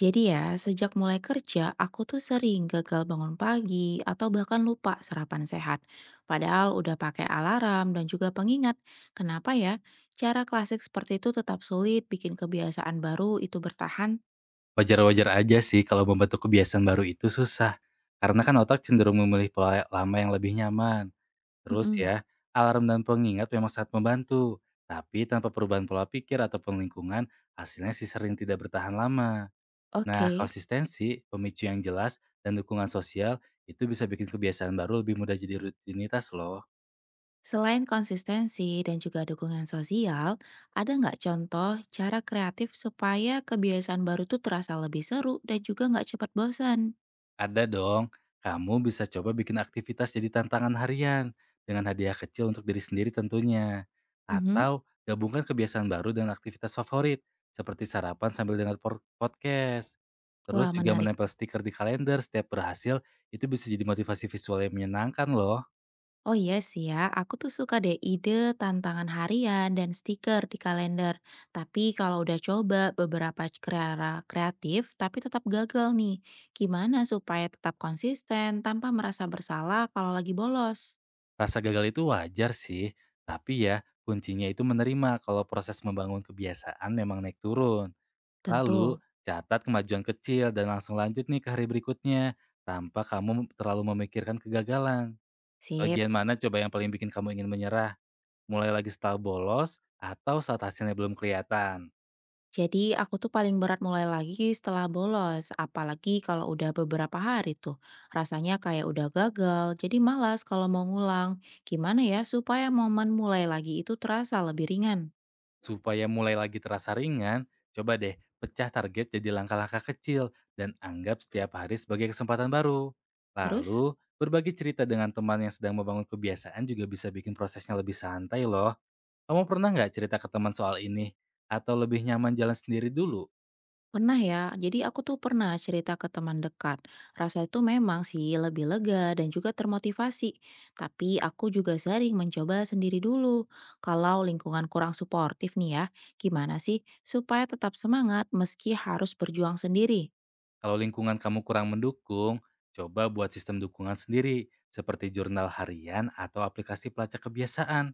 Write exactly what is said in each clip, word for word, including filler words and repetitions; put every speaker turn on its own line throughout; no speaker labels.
Jadi ya, sejak mulai kerja, aku tuh sering gagal bangun pagi atau bahkan lupa sarapan sehat. Padahal udah pakai alarm dan juga pengingat. Kenapa ya? Cara klasik seperti itu tetap sulit bikin kebiasaan baru itu bertahan.
Wajar-wajar aja sih kalau membentuk kebiasaan baru itu susah, karena kan otak cenderung memilih pola lama yang lebih nyaman. Terus
Mm-mm.
ya, alarm dan pengingat memang sangat membantu, tapi tanpa perubahan pola pikir ataupun lingkungan, hasilnya sih sering tidak bertahan lama. Nah,
Oke,
konsistensi, pemicu yang jelas, dan dukungan sosial itu bisa bikin kebiasaan baru lebih mudah jadi rutinitas loh.
selain konsistensi dan juga dukungan sosial, ada nggak contoh cara kreatif supaya kebiasaan baru tuh terasa lebih seru dan juga nggak cepat bosan?
Ada dong. Kamu bisa coba bikin aktivitas jadi tantangan harian dengan hadiah kecil untuk diri sendiri tentunya.
Mhm.
Atau gabungkan kebiasaan baru dengan aktivitas favorit seperti sarapan sambil dengar por- podcast.
Wah,
Terus juga
menarik.
menempel stiker di kalender setiap berhasil itu bisa jadi motivasi visual yang menyenangkan loh.
Oh iya sih ya, aku tuh suka deh ide tantangan harian dan stiker di kalender. Tapi kalau udah coba beberapa cara kreatif tapi tetap gagal nih, gimana supaya tetap konsisten tanpa merasa bersalah kalau lagi bolos?
Rasa gagal itu wajar sih, tapi ya kuncinya itu menerima kalau proses membangun kebiasaan memang naik turun.
Tentu,
Lalu, catat kemajuan kecil dan langsung lanjut nih ke hari berikutnya, tanpa kamu terlalu memikirkan kegagalan.
sip.
Bagian mana coba yang paling bikin kamu ingin menyerah? Mulai lagi setelah bolos, atau saat hasilnya belum kelihatan?
Jadi aku tuh paling berat mulai lagi setelah bolos, apalagi kalau udah beberapa hari tuh. Rasanya kayak udah gagal, jadi malas kalau mau ngulang. Gimana ya supaya momen mulai lagi itu terasa lebih ringan?
Supaya mulai lagi terasa ringan, coba deh pecah target jadi langkah-langkah kecil, dan anggap setiap hari sebagai kesempatan baru.
Terus?
Lalu, berbagi cerita dengan teman yang sedang membangun kebiasaan juga bisa bikin prosesnya lebih santai loh. Kamu pernah nggak cerita ke teman soal ini? Atau lebih nyaman jalan sendiri dulu?
Pernah ya, jadi aku tuh pernah cerita ke teman dekat. Rasa itu memang sih lebih lega dan juga termotivasi. Tapi aku juga sering mencoba sendiri dulu. Kalau lingkungan kurang suportif nih ya, gimana sih supaya tetap semangat meski harus berjuang sendiri?
Kalau lingkungan kamu kurang mendukung, coba buat sistem dukungan sendiri, seperti jurnal harian atau aplikasi pelacak kebiasaan.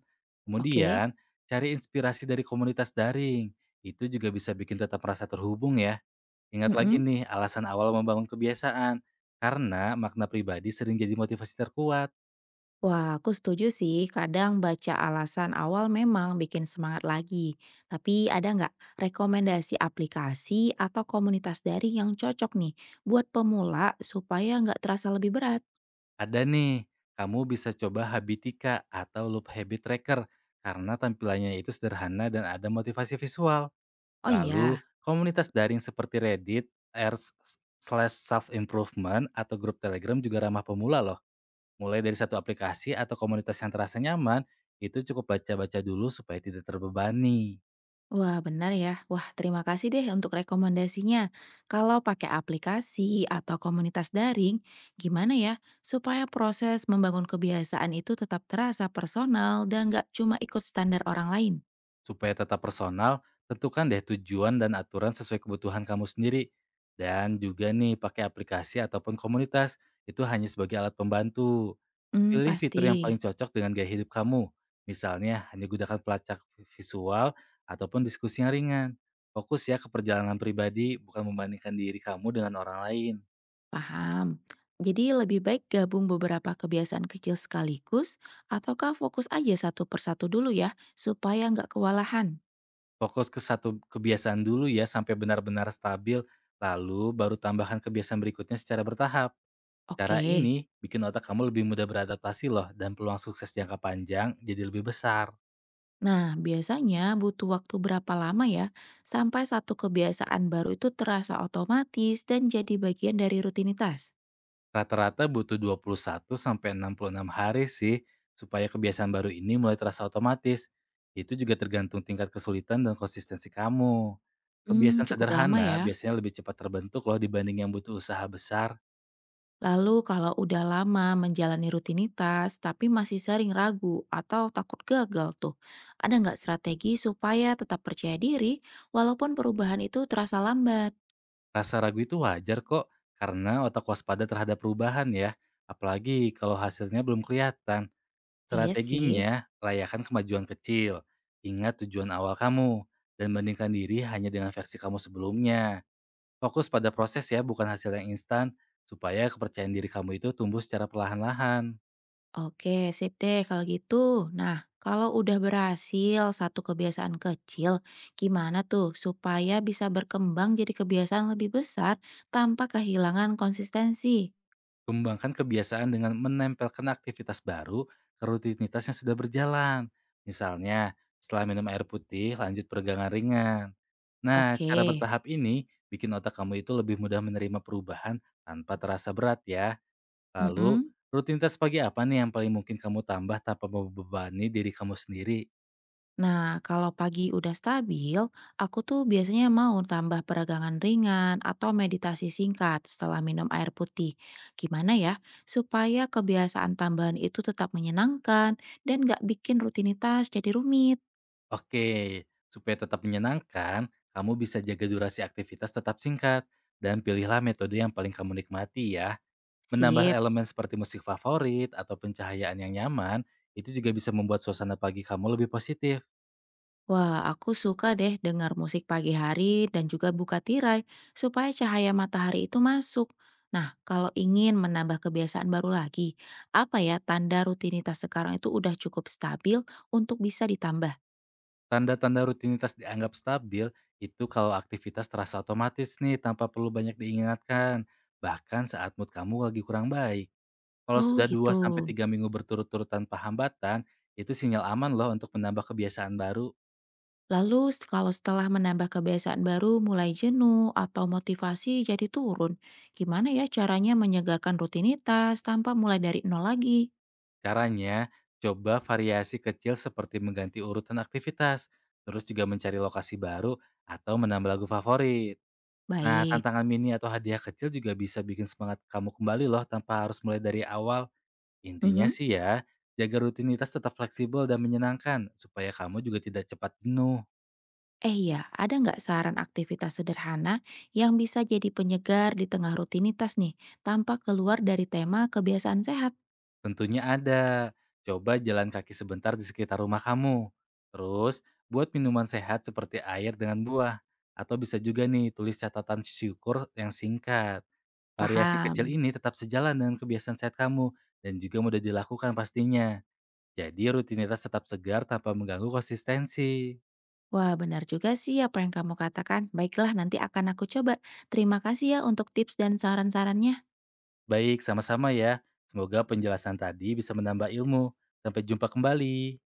Oke?
Kemudian, cari inspirasi dari komunitas daring. Itu juga bisa bikin tetap merasa terhubung ya. Ingat lagi
Mm-mm.
nih, alasan awal membangun kebiasaan. Karena makna pribadi sering jadi motivasi terkuat.
Wah, aku setuju sih. Kadang baca alasan awal memang bikin semangat lagi. Tapi ada nggak rekomendasi aplikasi atau komunitas daring yang cocok nih buat pemula supaya nggak terasa lebih berat?
Ada nih, kamu bisa coba Habitika atau Loop Habit Tracker karena tampilannya itu sederhana dan ada motivasi visual.
Oh
Lalu,
iya,
komunitas daring seperti Reddit, Airs slash self improvement atau grup Telegram juga ramah pemula loh. Mulai dari satu aplikasi atau komunitas yang terasa nyaman, itu cukup baca-baca dulu supaya tidak terbebani.
wah benar ya. Wah, terima kasih deh untuk rekomendasinya. Kalau pakai aplikasi atau komunitas daring, gimana ya supaya proses membangun kebiasaan itu tetap terasa personal dan nggak cuma ikut standar orang lain?
Supaya tetap personal, tentukan deh tujuan dan aturan sesuai kebutuhan kamu sendiri. Dan juga nih pakai aplikasi ataupun komunitas, itu hanya sebagai alat pembantu.
Hmm,
Pilih
pasti.
fitur yang paling cocok dengan gaya hidup kamu. Misalnya hanya gunakan pelacak visual ataupun diskusi yang ringan. Fokus ya ke perjalanan pribadi, bukan membandingkan diri kamu dengan orang lain.
Paham. Jadi lebih baik gabung beberapa kebiasaan kecil sekaligus ataukah fokus aja satu persatu dulu ya supaya nggak kewalahan.
Fokus ke satu kebiasaan dulu ya sampai benar-benar stabil, lalu baru tambahkan kebiasaan berikutnya secara bertahap. Cara
Oke.
ini bikin otak kamu lebih mudah beradaptasi loh dan peluang sukses jangka panjang jadi lebih besar.
Nah, biasanya butuh waktu berapa lama ya sampai satu kebiasaan baru itu terasa otomatis dan jadi bagian dari rutinitas?
Rata-rata butuh dua puluh satu sampai enam puluh enam hari sih supaya kebiasaan baru ini mulai terasa otomatis. Itu juga tergantung tingkat kesulitan dan konsistensi kamu.
Hmm,
Kebiasaan
cukup lama
sederhana
ya.
biasanya lebih cepat terbentuk loh dibanding yang butuh usaha besar.
Lalu kalau udah lama menjalani rutinitas tapi masih sering ragu atau takut gagal tuh, ada nggak strategi supaya tetap percaya diri walaupun perubahan itu terasa lambat?
Rasa ragu itu wajar kok karena otak waspada terhadap perubahan ya, apalagi kalau hasilnya belum kelihatan.
Iya sih.
Strateginya, rayakan kemajuan kecil, ingat tujuan awal kamu, dan bandingkan diri hanya dengan versi kamu sebelumnya. Fokus pada proses ya, bukan hasil yang instan, supaya kepercayaan diri kamu itu tumbuh secara perlahan-lahan.
Oke, sip deh kalau gitu. Nah, kalau udah berhasil satu kebiasaan kecil, gimana tuh supaya bisa berkembang jadi kebiasaan lebih besar tanpa kehilangan konsistensi?
Kembangkan kebiasaan dengan menempelkan aktivitas baru ke rutinitas yang sudah berjalan. Misalnya, setelah minum air putih, lanjut peregangan ringan. Nah,
Oke.
cara bertahap ini bikin otak kamu itu lebih mudah menerima perubahan tanpa terasa berat ya. Lalu,
Mm.
rutinitas pagi apa nih yang paling mungkin kamu tambah tanpa membebani diri kamu sendiri?
Nah, kalau pagi udah stabil, aku tuh biasanya mau tambah peregangan ringan atau meditasi singkat setelah minum air putih. Gimana ya, supaya kebiasaan tambahan itu tetap menyenangkan dan nggak bikin rutinitas jadi rumit.
Oke, supaya tetap menyenangkan, kamu bisa jaga durasi aktivitas tetap singkat dan pilihlah metode yang paling kamu nikmati ya. Menambah
Sip.
elemen seperti musik favorit atau pencahayaan yang nyaman, itu juga bisa membuat suasana pagi kamu lebih positif.
Wah, aku suka deh dengar musik pagi hari dan juga buka tirai supaya cahaya matahari itu masuk. Nah, kalau ingin menambah kebiasaan baru lagi, apa ya tanda rutinitas sekarang itu udah cukup stabil untuk bisa ditambah?
Tanda-tanda rutinitas dianggap stabil itu kalau aktivitas terasa otomatis nih tanpa perlu banyak diingatkan, bahkan saat mood kamu lagi kurang baik. Kalau
Oh,
sudah
gitu.
dua sampai tiga minggu berturut-turut tanpa hambatan, itu sinyal aman loh untuk menambah kebiasaan baru.
Lalu s- kalau setelah menambah kebiasaan baru mulai jenuh atau motivasi jadi turun, gimana ya caranya menyegarkan rutinitas tanpa mulai dari nol lagi?
Caranya, coba variasi kecil seperti mengganti urutan aktivitas, terus juga mencari lokasi baru atau menambah lagu favorit. Nah,
Baik.
tantangan mini atau hadiah kecil juga bisa bikin semangat kamu kembali loh tanpa harus mulai dari awal. Intinya
Mhm.
sih ya, jaga rutinitas tetap fleksibel dan menyenangkan supaya kamu juga tidak cepat jenuh.
Eh iya, ada nggak saran aktivitas sederhana yang bisa jadi penyegar di tengah rutinitas nih, tanpa keluar dari tema kebiasaan sehat?
Tentunya ada. Coba jalan kaki sebentar di sekitar rumah kamu. Terus, buat minuman sehat seperti air dengan buah. Atau bisa juga nih, tulis catatan syukur yang singkat. Variasi kecil
Paham.
ini tetap sejalan dengan kebiasaan sehat kamu dan juga mudah dilakukan pastinya. Jadi rutinitas tetap segar tanpa mengganggu konsistensi.
Wah, benar juga sih apa yang kamu katakan. Baiklah, nanti akan aku coba. Terima kasih ya untuk tips dan saran-sarannya.
Baik, sama-sama ya. Semoga penjelasan tadi bisa menambah ilmu. Sampai jumpa kembali.